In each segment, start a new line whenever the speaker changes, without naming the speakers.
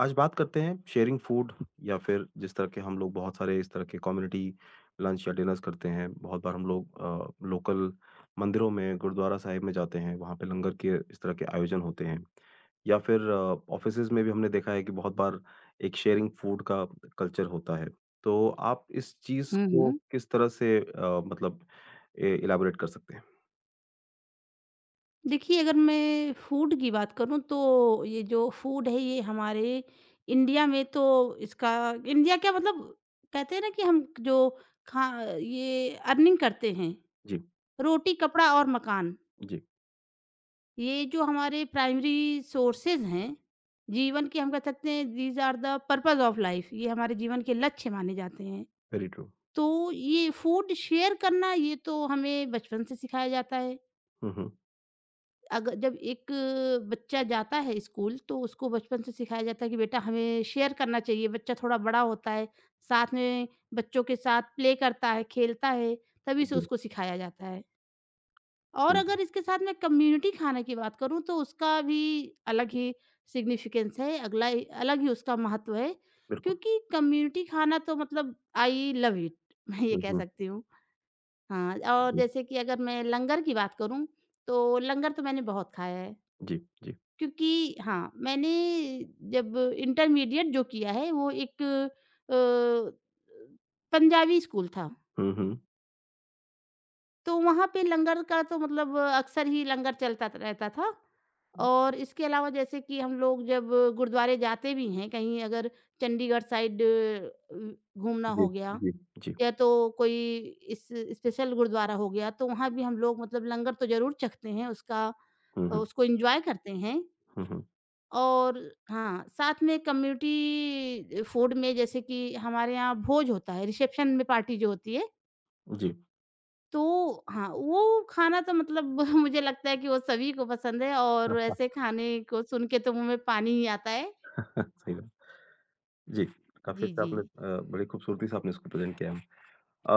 आज बात करते हैं शेयरिंग फूड या फिर जिस तरह के हम लोग बहुत सारे इस तरह के कम्युनिटी लंच या डिनर्स करते हैं। बहुत बार हम लोग लोकल मंदिरों में, गुरुद्वारा साहिब में जाते हैं, वहाँ पे लंगर के इस तरह के आयोजन होते हैं। या फिर ऑफिसेज में भी हमने देखा है कि बहुत बार एक शेयरिंग फूड का कल्चर होता है। तो आप इस चीज
हुँ,
को
हुँ।
किस तरह से मतलब इलाबोरेट कर सकते हैं?
देखिए, अगर मैं फूड की बात करूँ तो ये जो फूड है ये हमारे इंडिया में तो इसका इंडिया क्या मतलब कहते हैं ना कि हम जो खा ये अर्निंग करते हैं,
जी।
रोटी, कपड़ा और मकान।
जी।
ये जो हमारे प्राइमरी सोर्सेज़ हैं, जीवन के हम कह सकते हैं these are the purpose of life, ये हमारे जीवन के लक्ष्य माने जाते हैं।
Very true.
तो ये फूड शेयर करना ये तो हमें बचपन से सिखाया जाता है।
हम्म।
अग जब एक बच्चा जाता है स्कूल तो उसको बचपन से सिखाया जाता है कि बेटा हमें शेयर करना चाहिए। बच्चा थोड़ा बड़ा होता है, साथ में बच्चों के साथ प्ले करता है, खेलता है, तभी से
जी।
उसको सिखाया जाता है। और
हम्म।
अगर इसके साथ मैं कम्युनिटी खाने की बात करूं तो उसका भी अलग ही सिग्निफिकेंस है, अलग ही उसका महत्व है,
बिल्कुल।
क्योंकि कम्युनिटी खाना तो मतलब आई लव इट। मैं ये कह
हम्म।
सकती हूँ। हाँ, और
जी।
जैसे कि अगर मैं लंगर की बात करूं तो लंगर तो मैंने बहुत खाया है,
जी। जी।
क्योंकि हाँ, मैंने जब इंटरमीडिएट जो किया है वो एक पंजाबी स्कूल था,
हम्म।
तो वहाँ पे लंगर का तो मतलब अक्सर ही लंगर चलता त रहता था। और इसके अलावा जैसे कि हम लोग जब गुरुद्वारे जाते भी हैं, कहीं अगर चंडीगढ़ साइड घूमना
जी,
हो गया
जी। जी।
या तो कोई इस स्पेशल गुरुद्वारा हो गया, तो वहाँ भी हम लोग मतलब लंगर तो ज़रूर चखते हैं, उसका
हुँ, हुँ।
उसको एन्जॉय करते हैं।
हुँ, हुँ।
और हाँ, साथ में कम्युनिटी फूड में जैसे कि हमारे यहाँ भोज होता है, रिसेप्शन में पार्टी जो होती है,
जी।
तो हाँ, वो खाना तो मतलब मुझे लगता है कि वो सभी को पसंद है और ऐसे खाने को सुन के तो मुँह में पानी ही आता है।
सही बात। जी, काफ़ी
जी,
अच्छा
जी।
आपने बड़ी खूबसूरती से आपने इसको प्रेज़ेंट किया है।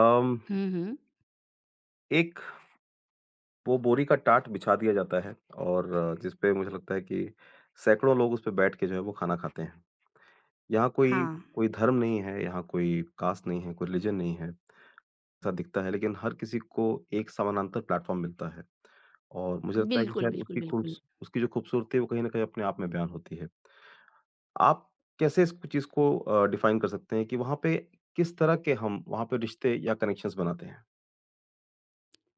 अम,
हुँ, हुँ।
एक वो बोरी का टाट बिछा दिया जाता है और जिस पे मुझे लगता है कि सैकड़ों लोग उस पे बैठ के जो है वो खाना खाते हैं। यहाँ
हाँ।
कोई कोई धर्म नहीं है, यहाँ कोई कास्ट नहीं है, कोई रिलीजन नहीं है, ऐसा दिखता है, लेकिन हर किसी को एक समानांतर प्लेटफ़ॉर्म मिलता है। और मुझे लगता है कि
बिल्कुल,
शायद
बिल्कुल,
उसकी
बिल्कुल।
खूबस उसकी जो खूबसूरती है वो कहीं न कहीं अपने आप में बयान होती है। आप कैसे इस चीज़ को डिफाइन कर सकते हैं कि वहाँ पे किस तरह के हम वहाँ पे रिश्ते या कनेक्शंस बनाते हैं?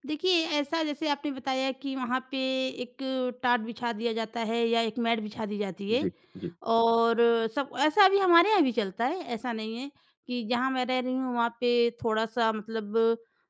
देखिए, ऐसा जैसे आपने बताया कि वहाँ पे एक टाट बिछा दिया जाता है या एक मैट बिछा दी जाती है
जी, जी,
और सब। ऐसा अभी हमारे यहाँ भी चलता है, ऐसा नहीं है कि जहाँ मैं रह रही हूँ वहाँ पे थोड़ा-सा मतलब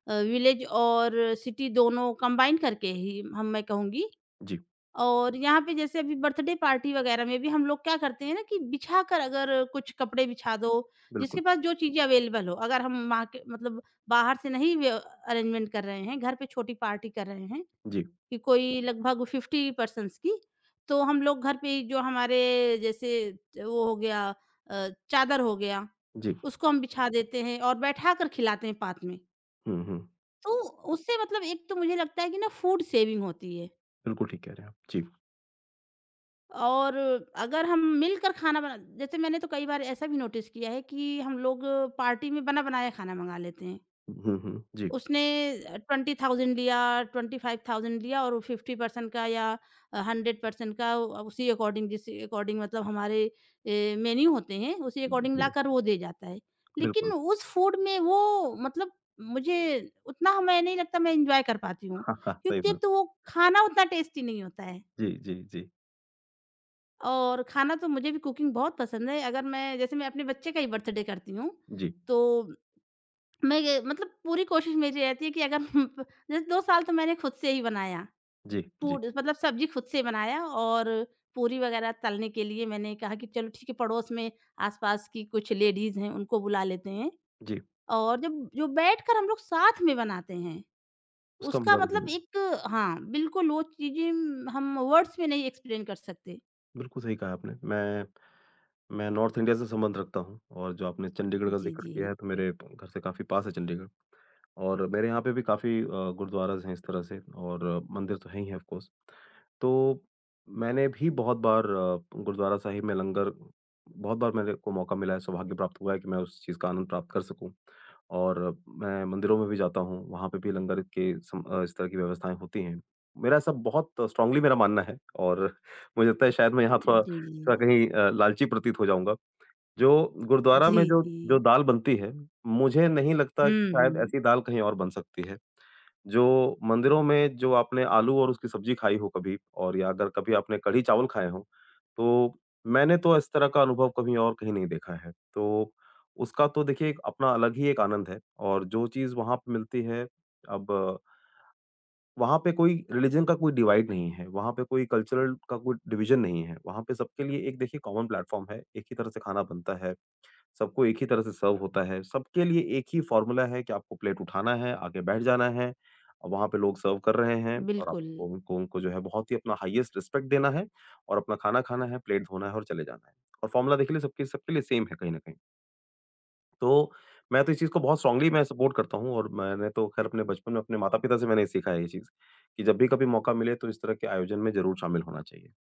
विलेज और सिटी दोनों कंबाइन करके ही हम मैं कहूँगी।
जी,
और यहाँ पे जैसे अभी बर्थडे पार्टी वगैरह में भी हम लोग क्या करते हैं ना कि बिछा कर अगर कुछ कपड़े बिछा दो,
बिल्कुल।
जिसके पास जो चीज़ें अवेलेबल हो। अगर हम मार्के मतलब बाहर से नहीं व्य अरेंजमेंट कर रहे हैं, घर पे छोटी पार्टी कर रहे हैं
जी,
कि कोई लगभग 50 पर्सन्स की, तो हम लोग घर पे ही जो हमारे जैसे वो हो गया चादर हो गया,
जी।
उसको हम बिछा देते हैं और बैठा कर खिलाते हैं पात में।
हुँ, हुँ।
तो उससे मतलब एक तो मुझे लगता है कि ना फूड सेविंग होती है।
बिल्कुल ठीक कह रहे हैं आप। जी।
और अगर हम मिलकर खाना बना, जैसे मैंने तो कई बार ऐसा भी नोटिस किया है कि हम लोग पार्टी में बना बनाया खाना मंगा लेते हैं।
हुँ, हुँ। जी,
उसने 20,000 लिया, 25,000 लिया और 50% का या 100% का, उसी अकॉर्डिंग जिस अकॉर्डिंग मतलब हमारे मेन्यू होते हैं उसी अकॉर्डिंग
जी,
लाकर वो दे जाता है। लेकिन
बिल्कुल।
उस फूड में वो मतलब मुझे उतना मैं नहीं लगता मैं इंजॉय कर पाती हूँ,
हाँ, हाँ, सही
क्योंकि
बात।
तो वो खाना उतना टेस्टी नहीं होता है।
जी, जी, जी,
और खाना तो मुझे भी कुकिंग बहुत पसंद है। अगर मैं जैसे मैं अपने बच्चे का ही बर्थडे करती हूँ,
जी,
तो मैं ये मतलब पूरी कोशिश मेरी रहती है कि अगर जैसे 2 साल तो मैंने खुद से ही बनाया।
जी, जी,
फूड मतलब सब्ज़ी खुद से बनाया और पूरी वग़ैरह तलने के लिए मैंने कहा कि चलो ठीक है, पड़ोस में आस-पास की कुछ लेडीज़ हैं, उनको बुला लेते हैं।
जी।
और जब जो बैठकर हम लोग साथ में बनाते हैं,
उसका
उसका
मज़ा कुछ
मतलब
नहीं।
एक हाँ, बिल्कुल वो चीज़ें हम वर्ड्स में नहीं एक्सप्लेन कर सकते।
बिल्कुल सही कहा आपने। मैं नॉर्थ इंडिया से संबंध रखता हूँ और जो आपने चंडीगढ़ का
जी,
ज़िक्र
जी।
किया है, तो मेरे घर से काफ़ी पास है चंडीगढ़। और मेरे यहाँ पे भी काफ़ी गुरुद्वाराज़ हैं इस तरह से, और मंदिर तो हैं ही हैं ऑफ कोर्स। तो मैंने भी बहुत बार गुरुद्वारा साहिब में लंगर, बहुत बार मेरे को मौका मिला है, सौभाग्य प्राप्त हुआ है कि मैं उस चीज़ का आनंद प्राप्त कर सकूँ। और मैं मंदिरों में भी जाता हूँ, वहाँ पे भी लंगर के इस तरह की व्यवस्थाएँ होती हैं। मेरा ऐसा बहुत स्ट्रॉन्गली मेरा मानना है, और मुझे लगता है शायद मैं यहाँ थोड़ा
जी, जी।
थोड़ा कहीं लालची प्रतीत हो जाऊँगा। जो गुरुद्वारा
जी,
में जो
जी।
जो दाल बनती है, मुझे नहीं लगता कि
हुँ,
शायद
हुँ।
ऐसी दाल कहीं और बन सकती है। जो मंदिरों में जो आपने आलू और उसकी सब्ज़ी खाई हो कभी, और या अगर कभी आपने कढ़ी चावल खाए हों, तो मैंने तो इस तरह का अनुभव कभी और कहीं नहीं देखा है। तो उसका तो देखिए एक अपना अलग ही एक आनंद है, और जो चीज़ वहाँ पे मिलती है, अब वहाँ पे कोई रिलिजन का कोई डिवाइड नहीं है, वहाँ पे कोई कल्चरल का कोई डिवीज़न नहीं है। वहाँ पे सबके लिए एक देखिए कॉमन प्लेटफ़ॉर्म है, एक ही तरह से खाना बनता है। सबको एक ही तरह से सर्व होता है। सबके लिए एक ही फ़ॉर्मूला है कि आपको प्लेट उठाना है, आके बैठ जाना है। वहाँ पे लोग सर्व कर रहे हैं और
बिल्कुल।
आपको उनको उनको जो है बहुत ही अपना हाईएस्ट रिस्पेक्ट देना है, और अपना खाना खाना है, प्लेट धोना है, और चले जाना है। और फ़ॉर्मूला देखिए सबके सबके लिए सेम है कहीं न कहीं। तो मैं तो इस चीज़ को बहुत स्ट्रॉन्गली मैं सपोर्ट करता हूँ, और मैंने तो ख़ैर अपने बचपन में अपने माता-पिता से मैंने सीखा है ये चीज़, कि जब भी कभी मौका मिले तो इस तरह के आयोजन में ज़रूर शामिल होना चाहिए।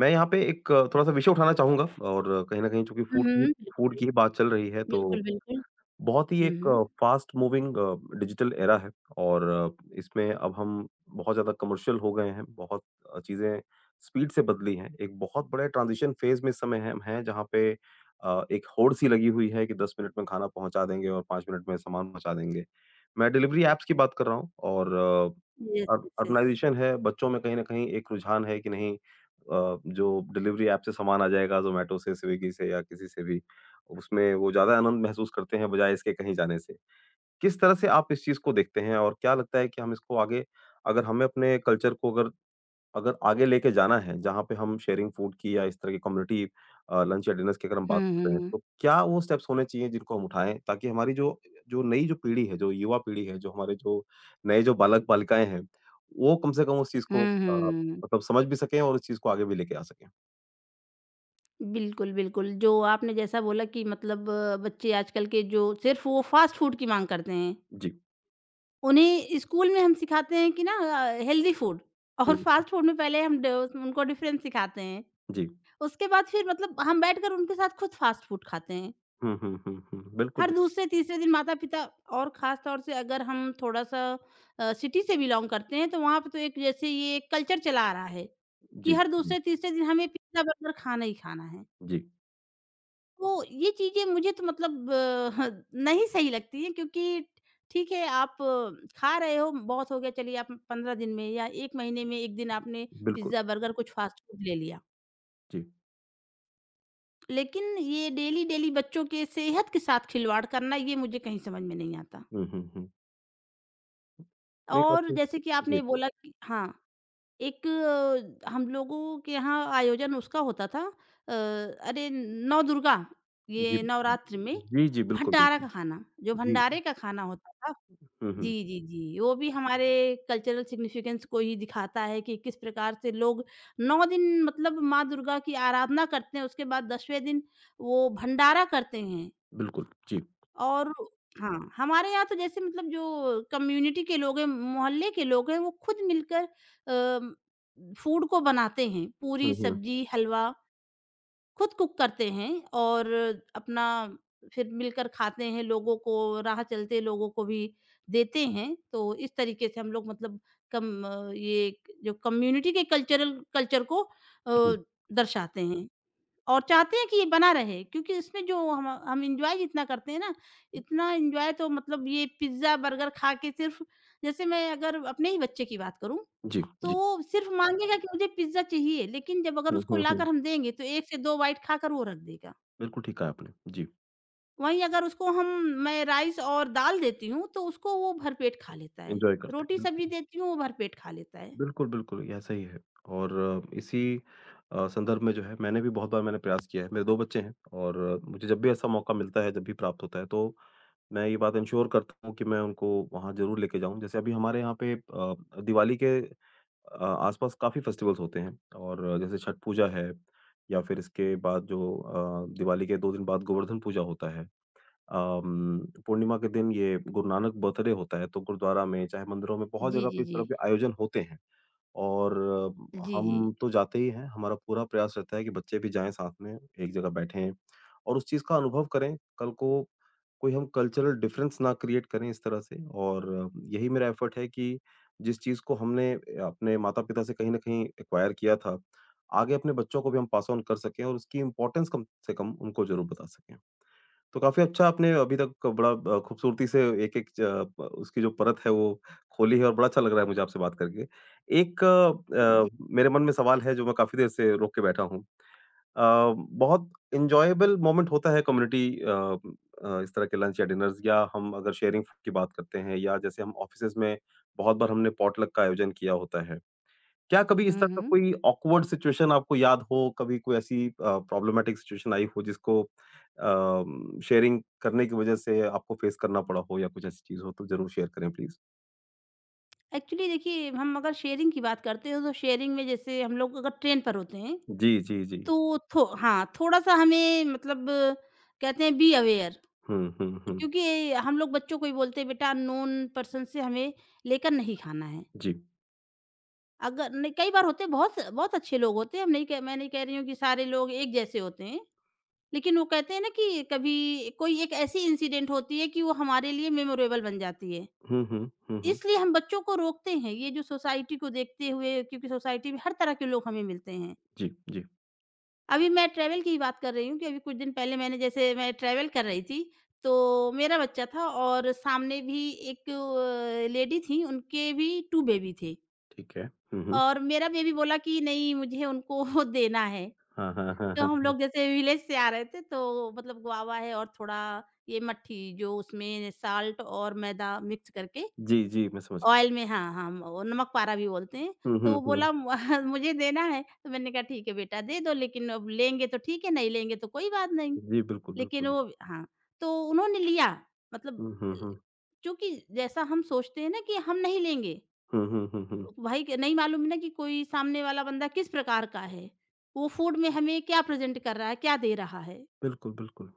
मैं यहाँ पे एक थोड़ा-सा विषय उठाना चाहूँगा, और कहीं न कहीं चूँकि
हुँ,
फूड की
हुँ।
फूड
बिल्कुल,
की ही बात चल रही है, तो
बिल्कुल, बिल्कुल।
बहुत ही
हुँ,
एक
हुँ।
फास्ट मूविंग डिजिटल एरा है। और इसमें अब हम बहुत ज़्यादा कमर्शियल हो गए हैं, बहुत चीज़ें स्पीड से बदली हैं। एक बहुत बड़े ट्रांज़िशन फ़ेज़ में इस समय हम हैं, जहाँ पे एक होड़-सी लगी हुई है कि 10 मिनट में खाना पहुँचा देंगे और 5 मिनट में सामान पहुँचा देंगे। मैं डिलिवरी ऐप्स की बात कर रहा हूँ, और
यस,
अर्ब
यस, यस।
अर्बनाइज़ेशन है, बच्चों में कहीं न कहीं एक रुझान है कि नहीं जो डिलिवरी ऐप से सामान आ जाएगा ज़ोमैटो से, स्विगी से, या किसी से भी, उसमें वो ज़्यादा आनंद महसूस करते हैं, बजाए इसके कहीं जाने से। किस तरह से आप इस चीज़ को देखते हैं, और क्या लगता है कि हम इसको आगे, अगर हमें अपने कल्चर को अगर अगर आगे लेके जाना है, जहाँ पे हम शेयरिंग फूड की या इस तरह की कम्युनिटी लंच या डिनर्स की अगर हम बात
हुँ,
कर रहे हैं,
हुँ।
तो क्या वो स्टेप्स होने चाहिए जिनको हम उठाएँ ताकि हमारी जो जो नई जो पीढ़ी है, जो युवा पीढ़ी है, जो हमारे जो नए जो बालक-बालिकाएँ हैं, वो कम से कम उस चीज़ को
हुँ, हुँ।
मतलब समझ भी सकें और उस चीज़ को आगे भी लेके आ सकें?
बिल्कुल, बिल्कुल, जो आपने जैसा बोला कि मतलब बच्चे आजकल के जो सिर्फ़ वो फ़ास्ट फ़ूड की माँग करते हैं।
जी।
उन्हें स्कूल में हम सिखाते हैं कि ना हेल्दी फ़ूड और
हुँ,
फ़ास्ट फ़ूड में पहले हम ड उनको डिफ़रेंस सिखाते हैं।
जी।
उसके बाद फिर मतलब हम बैठकर उनके साथ खुद फ़ास्ट फ़ूड खाते हैं।
हुँ, हुँ, हुँ, हुँ। बिल्कुल,
हर
बिल्कुल।
दूसरे तीसरे दिन माता-पिता, और ख़ास तौर से अगर हम थोड़ा-सा सिटी से बिलॉन्ग करते हैं तो वहाँ पे तो एक जैसे ये कल्चर चला आ रहा है, कि
जी,
हर
जी।
दूसरे तीसरे दिन हमें पिज़्ज़ा बर्गर खाना ही खाना है।
जी,
तो ये चीज़ें मुझे तो मतलब ह नहीं सही लगती हैं, क्योंकि ठीक है आप खा रहे हो, बहुत हो गया, चलिए आप 15 दिन में या 1 महीने में 1 दिन आपने
बिल्कुल।
पिज़्ज़ा बर्गर कुछ फ़ास्ट फ़ूड ले लिया।
जी।
लेकिन ये डेली-डेली बच्चों के सेहत के साथ खिलवाड़ करना ये मुझे कहीं समझ में नहीं आता।
हुँ, हुँ, हुँ। नहीं,
और
काफ़ी
जैसे कि
जी,
आपने बोला कि हाँ, एक हम लोगों के यहाँ आयोजन उसका होता था। अ, अरे नवदुर्गा,
जी,
ये नवरात्रि में
जी, जी, बिल्कुल,
भंडारा
बिल्कुल।
का खाना, जो
जी।
भंडारे का खाना होता था।
हुँ,
जी,
हुँ,
जी, जी, वो भी हमारे कल्चरल सिग्निफिकेंस को ही दिखाता है कि किस प्रकार से लोग 9 दिन मतलब माँ दुर्गा की आराधना करते हैं, उसके बाद 10वें दिन वो भंडारा करते हैं।
बिल्कुल, जी।
और हाँ, हमारे यहाँ तो जैसे मतलब जो कम्युनिटी के लोग हैं, मोहल्ले के लोग हैं, वो खुद मिलकर अ, फूड को बनाते हैं। पूरी,
हुँ, हुँ,
सब्जी, हलवा खुद कुक करते हैं और अपना फिर मिलकर खाते हैं, लोगों को राह चलते लोगों को भी देते हैं। तो इस तरीके से हम लोग मतलब ये जो कम्युनिटी के कल्चर को
जी।
दर्शाते हैं। और चाहते हैं कि ये बना रहे, क्योंकि इसमें जो हम एन्जॉय जितना करते हैं ना, इतना एन्जॉय तो मतलब ये पिज़्ज़ा, बर्गर खा के सिर्फ़, जैसे मैं अगर अपने ही बच्चे की बात करूँ,
जी,
तो
जी।
वो सिर्फ़ माँगेगा कि मुझे पिज़्ज़ा चाहिए, लेकिन जब अगर
हुँ,
उसको
हुँ, हुँ।
लाकर हम देंगे तो 1 से 2 बाइट खाकर वो रख देगा।
बिल्कुल ठीक कहा आपने। जी,
वहीं अगर उसको हम, मैं राइस और दाल देती हूँ, तो उसको वो भरपेट खा लेता है।
एन्जॉय करते हैं,
रोटी-सब्ज़ी
बिल्कुल।
देती हूँ, वो भरपेट खा लेता है।
बिल्कुल, बिल्कुल, ऐसा ही है, और इसी संदर्भ में जो है मैंने भी बहुत बार मैंने प्रयास किया है। मेरे 2 बच्चे हैं, और मुझे जब भी ऐसा मौका मिलता है, जब भी प्राप्त होता है तो मैं ये बात इंश्योर करता हूँ कि मैं उनको वहाँ ज़रूर लेके जाऊँ। जैसे अभी हमारे यहाँ पे दिवाली के आस-पास काफ़ी फेस्टिवल्स होते हैं, और जैसे छठ पूजा है, या फिर इसके बाद जो दिवाली के 2 दिन बाद गोवर्धन पूजा होता है। अम, पूर्णिमा के दिन ये गुरु नानक बर्थडे होता है, तो गुरुद्वारा में, चाहे मंदिरों में, बहुत
जी,
जगह पे
जी,
इस
जी।
तरह के आयोजन होते हैं। और
जी, जी।
हम तो जाते ही हैं, हमारा पूरा प्रयास रहता है कि बच्चे भी जाएँ साथ में, एक जगह बैठें और उस चीज़ का अनुभव करें। कल को कोई हम कल्चरल डिफरेंस ना क्रिएट करें इस तरह से, और यही मेरा एफर्ट है कि जिस चीज़ को हमने अपने माता-पिता से कहीं न कहीं एक्वायर किया था, आगे अपने बच्चों को भी हम पास ऑन कर सकें और उसकी इम्पोर्टेंस कम से कम उनको ज़रूर बता सकें। तो काफ़ी अच्छा आपने अभी तक बड़ा खूबसूरती से एक-एक च प उसकी जो परत है वो खोली है, और बड़ा अच्छा लग रहा है मुझे आपसे बात करके। एक
जी।
मेरे मन में सवाल है जो मैं काफ़ी देर से रोक के बैठा हूँ। अ, बहुत एन्जॉयबल मोमेंट होता है कम्युनिटी इस तरह के लंच या डिनर्स, या हम अगर शेयरिंग की बात करते हैं, या जैसे हम ऑफ़िसेज़ में बहुत बार हमने पॉटलक का आयोजन किया होता है। क्या कभी इस
हुँ,
तरह का
हुँ।
कोई ऑकवर्ड सिचुएशन आपको याद हो, कभी कोई ऐसी प्रॉब्लमैटिक सिचुएशन आई हो जिसको शेयरिंग करने की वजह से आपको फेस करना पड़ा हो, या कुछ ऐसी चीज़ हो तो ज़रूर शेयर करें, प्लीज़?
एक्चुअली देखिए, हम अगर शेयरिंग की बात करते हैं, तो शेयरिंग में जैसे हम लोग अगर ट्रेन पर होते हैं,
जी, जी, जी।
तो थो हाँ, थोड़ा-सा हमें मतलब कहते हैं बी अवेयर,
हुँ, हुँ, हुँ।
क्योंकि हम लोग बच्चों को ही बोलते हैं, "बेटा नोन पर्सन से हमें लेकर नहीं खाना है।"
जी।
अगर नहीं, कई बार होते हैं, बहुत बहुत अच्छे लोग होते हैं, हम नहीं कह मैं नहीं कह रही हूँ कि सारे लोग एक जैसे होते हैं, लेकिन वो कहते हैं ना कि कभी कोई एक ऐसी इंसिडेंट होती है कि वो हमारे लिए मेमोरेबल बन जाती है।
हुँ, हुँ, हुँ, हुँ।
इसलिए हम बच्चों को रोकते हैं, ये जो सोसाइटी को देखते हुए, क्योंकि सोसाइटी में हर तरह के लोग हमें मिलते हैं।
जी, जी,
अभी मैं ट्रैवल की ही बात कर रही हूँ कि अभी कुछ दिन पहले मैंने, जैसे मैं ट्रैवल कर रही थी, तो मेरा बच्चा था और सामने भी एक लेडी थीं, उनके भी 2 बेबी थे,
ठीक है। हुँ, हुँ।
और मेरा बेबी बोला कि नहीं मुझे उनको देना है।
हाँ, हाँ, हाँ,
तो हम
हाँ।
लोग जैसे विलेज से आ रहे थे तो मतलब गुआवा है और थोड़ा ये मट्ठी, जो उसमें साल्ट और मैदा मिक्स करके
जी, जी, मैं समझ गया।
ऑयल में, हाँ, हाँ, वो नमक पारा भी बोलते हैं।
हुँ,
तो
हुँ,
वो
हुँ।
बोला, मुझे देना है," तो मैंने कहा ठीक है बेटा दे दो, लेकिन अब लेंगे तो ठीक है, नहीं लेंगे तो कोई बात नहीं।
जी, बिल्कुल,
लेकिन
बिल्कुल।
वो हाँ, तो उन्होंने लिया मतलब,
हुँ, हुँ, हुँ।
चूँकि जैसा हम सोचते हैं ना कि हम नहीं लेंगे,
हुँ, हुँ, हुँ, हुँ।
नहीं मालूम है ना कि कोई सामने वाला बंदा किस प्रकार का है। वो फूड में हमें क्या प्रेज़ेंट कर रहा है, क्या दे रहा है।
बिल्कुल, बिल्कुल।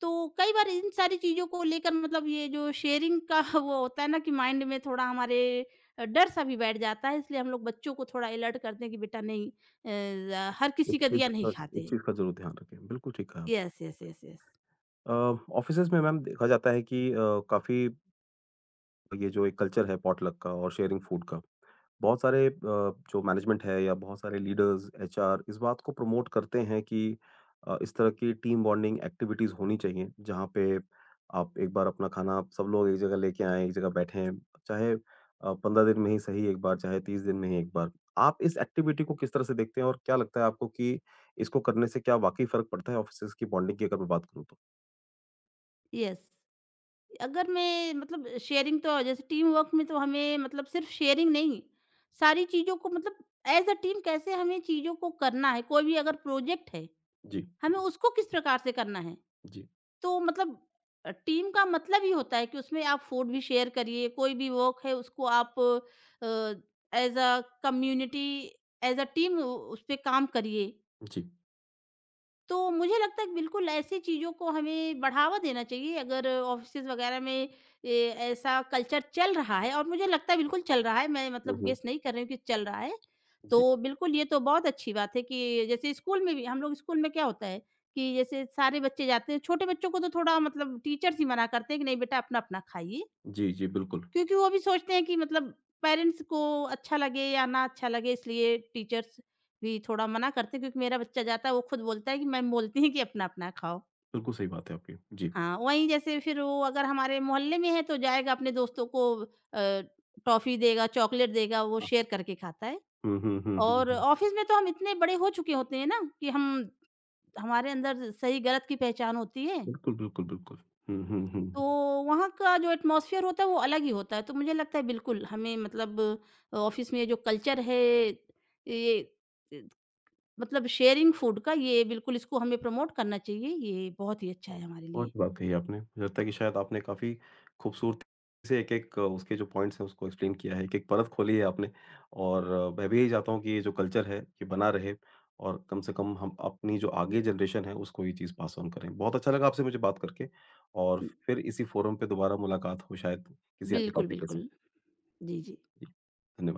तो कई बार इन सारी चीज़ों को लेकर मतलब ये जो शेयरिंग का वो होता है ना कि माइंड में थोड़ा हमारे डर सा भी बैठ जाता है, इसलिए हम लोग बच्चों को थोड़ा अलर्ट करते हैं कि बेटा नहीं हर
इस
किसी का
चीज़
दिया नहीं
का इस
खाते।
चीज़ का ज़रूर ध्यान रखें। बिल्कुल ठीक कहा आपने।
Yes, yes, yes, yes,
offices में मैम देखा जाता है कि काफ़ी ये जो एक कल्चर है पॉटलक का और शेयरिंग फूड का, बहुत सारे जो मैनेजमेंट है या बहुत सारे लीडर्स, एचआर इस बात को प्रमोट करते हैं कि इस तरह की टीम बॉन्डिंग एक्टिविटीज़ होनी चाहिए, जहाँ पे आप एक बार अपना खाना सब लोग एक जगह लेके आएँ, एक जगह बैठें, चाहे 15 दिन में ही सही एक बार, चाहे 30 दिन में ही एक बार। आप इस एक्टिविटी को किस तरह से देखते हैं, और क्या लगता है आपको कि इसको करने से क्या वाक़ई फ़र्क पड़ता है ऑफिसेज की बॉन्डिंग की अगर मैं बात करूँ तो?
यस। अगर मैं मतलब शेयरिंग तो जैसे टीम वर्क में तो हमें मतलब सिर्फ शेयरिंग नहीं, सारी चीज़ों को मतलब एज अ टीम कैसे हमें चीज़ों को करना है, कोई भी अगर प्रोजेक्ट है
जी,
हमें उसको किस प्रकार से करना है।
जी,
तो मतलब टीम का मतलब ही होता है कि उसमें आप फूड भी शेयर करिए, कोई भी वर्क है उसको आप as a community, as a team उसपे काम करिए।
जी।
तो मुझे लगता है कि बिल्कुल ऐसी चीज़ों को हमें बढ़ावा देना चाहिए। अगर ऑफिसेज वगैरह में ऐसा कल्चर चल रहा है, और मुझे लगता है बिल्कुल चल रहा है, मैं
हुँ,
मतलब
हुँ।
गेस नहीं कर रही हूँ कि चल रहा है।
जी।
तो बिल्कुल ये तो बहुत अच्छी बात है कि जैसे स्कूल में भी हम लोग, स्कूल में क्या होता है कि जैसे सारे बच्चे जाते हैं, छोटे बच्चों को तो थोड़ा मतलब टीचर्स ही मना करते हैं कि नहीं बेटा अपना अपना खाइए,
जी, जी, बिल्कुल।
क्योंकि वो भी सोचते हैं कि मतलब पेरेंट्स को अच्छा लगे या ना अच्छा लगे, इसलिए टीचर्स भी थोड़ा मना करते हैं, क्योंकि मेरा बच्चा जाता है, वो खुद बोलता है कि मैम बोलती हैं कि अपना अपना खाओ।
बिल्कुल सही बात है आपकी। जी।
हाँ, वहीं जैसे फिर वो अगर हमारे मोहल्ले में है तो जाएगा अपने दोस्तों को टॉफी देगा, चॉकलेट देगा, वो
हाँ।
शेयर करके खाता है।
हुँ, हुँ, हुँ, हुँ,
और
हुँ।
ऑफिस में तो हम इतने बड़े हो चुके होते हैं ना कि हम हमारे अंदर सही गलत की पहचान होती है।
बिल्कुल, बिल्कुल, बिल्कुल। हुँ, हुँ, हुँ,
तो
हुँ।
वहाँ का जो एटमॉस्फेयर होता है वो अलग ही होता है। तो मुझे लगता है बिल्कुल हमें मतलब ऑफ़िस में जो कल्चर है, ये अ, मतलब शेयरिंग फूड का, ये बिल्कुल इसको हमें प्रमोट करना चाहिए। ये बहुत ही अच्छा है हमारे
बहुत
लिए।
अच्छी बात कही आपने। मुझे लगता है कि शायद आपने काफ़ी खूबसूरती से एक-एक उसके जो पॉइंट्स हैं उसको एक्सप्लेन किया है, एक-एक परत खोली है आपने, और मैं भी यही चाहता हूँ कि ये जो कल्चर है, ये बना रहे, और कम से कम हम अपनी जो आगे जनरेशन है उसको ये चीज़ पास ऑन करें। बहुत अच्छा लगा आपसे मुझे बात करके, और फिर इसी फोरम पे दोबारा मुलाकात हो शायद किसी अन्य
बिल्कुल,
टॉपिक के साथ।
बिल्कुल। जी, जी।
जी, धन्यवाद।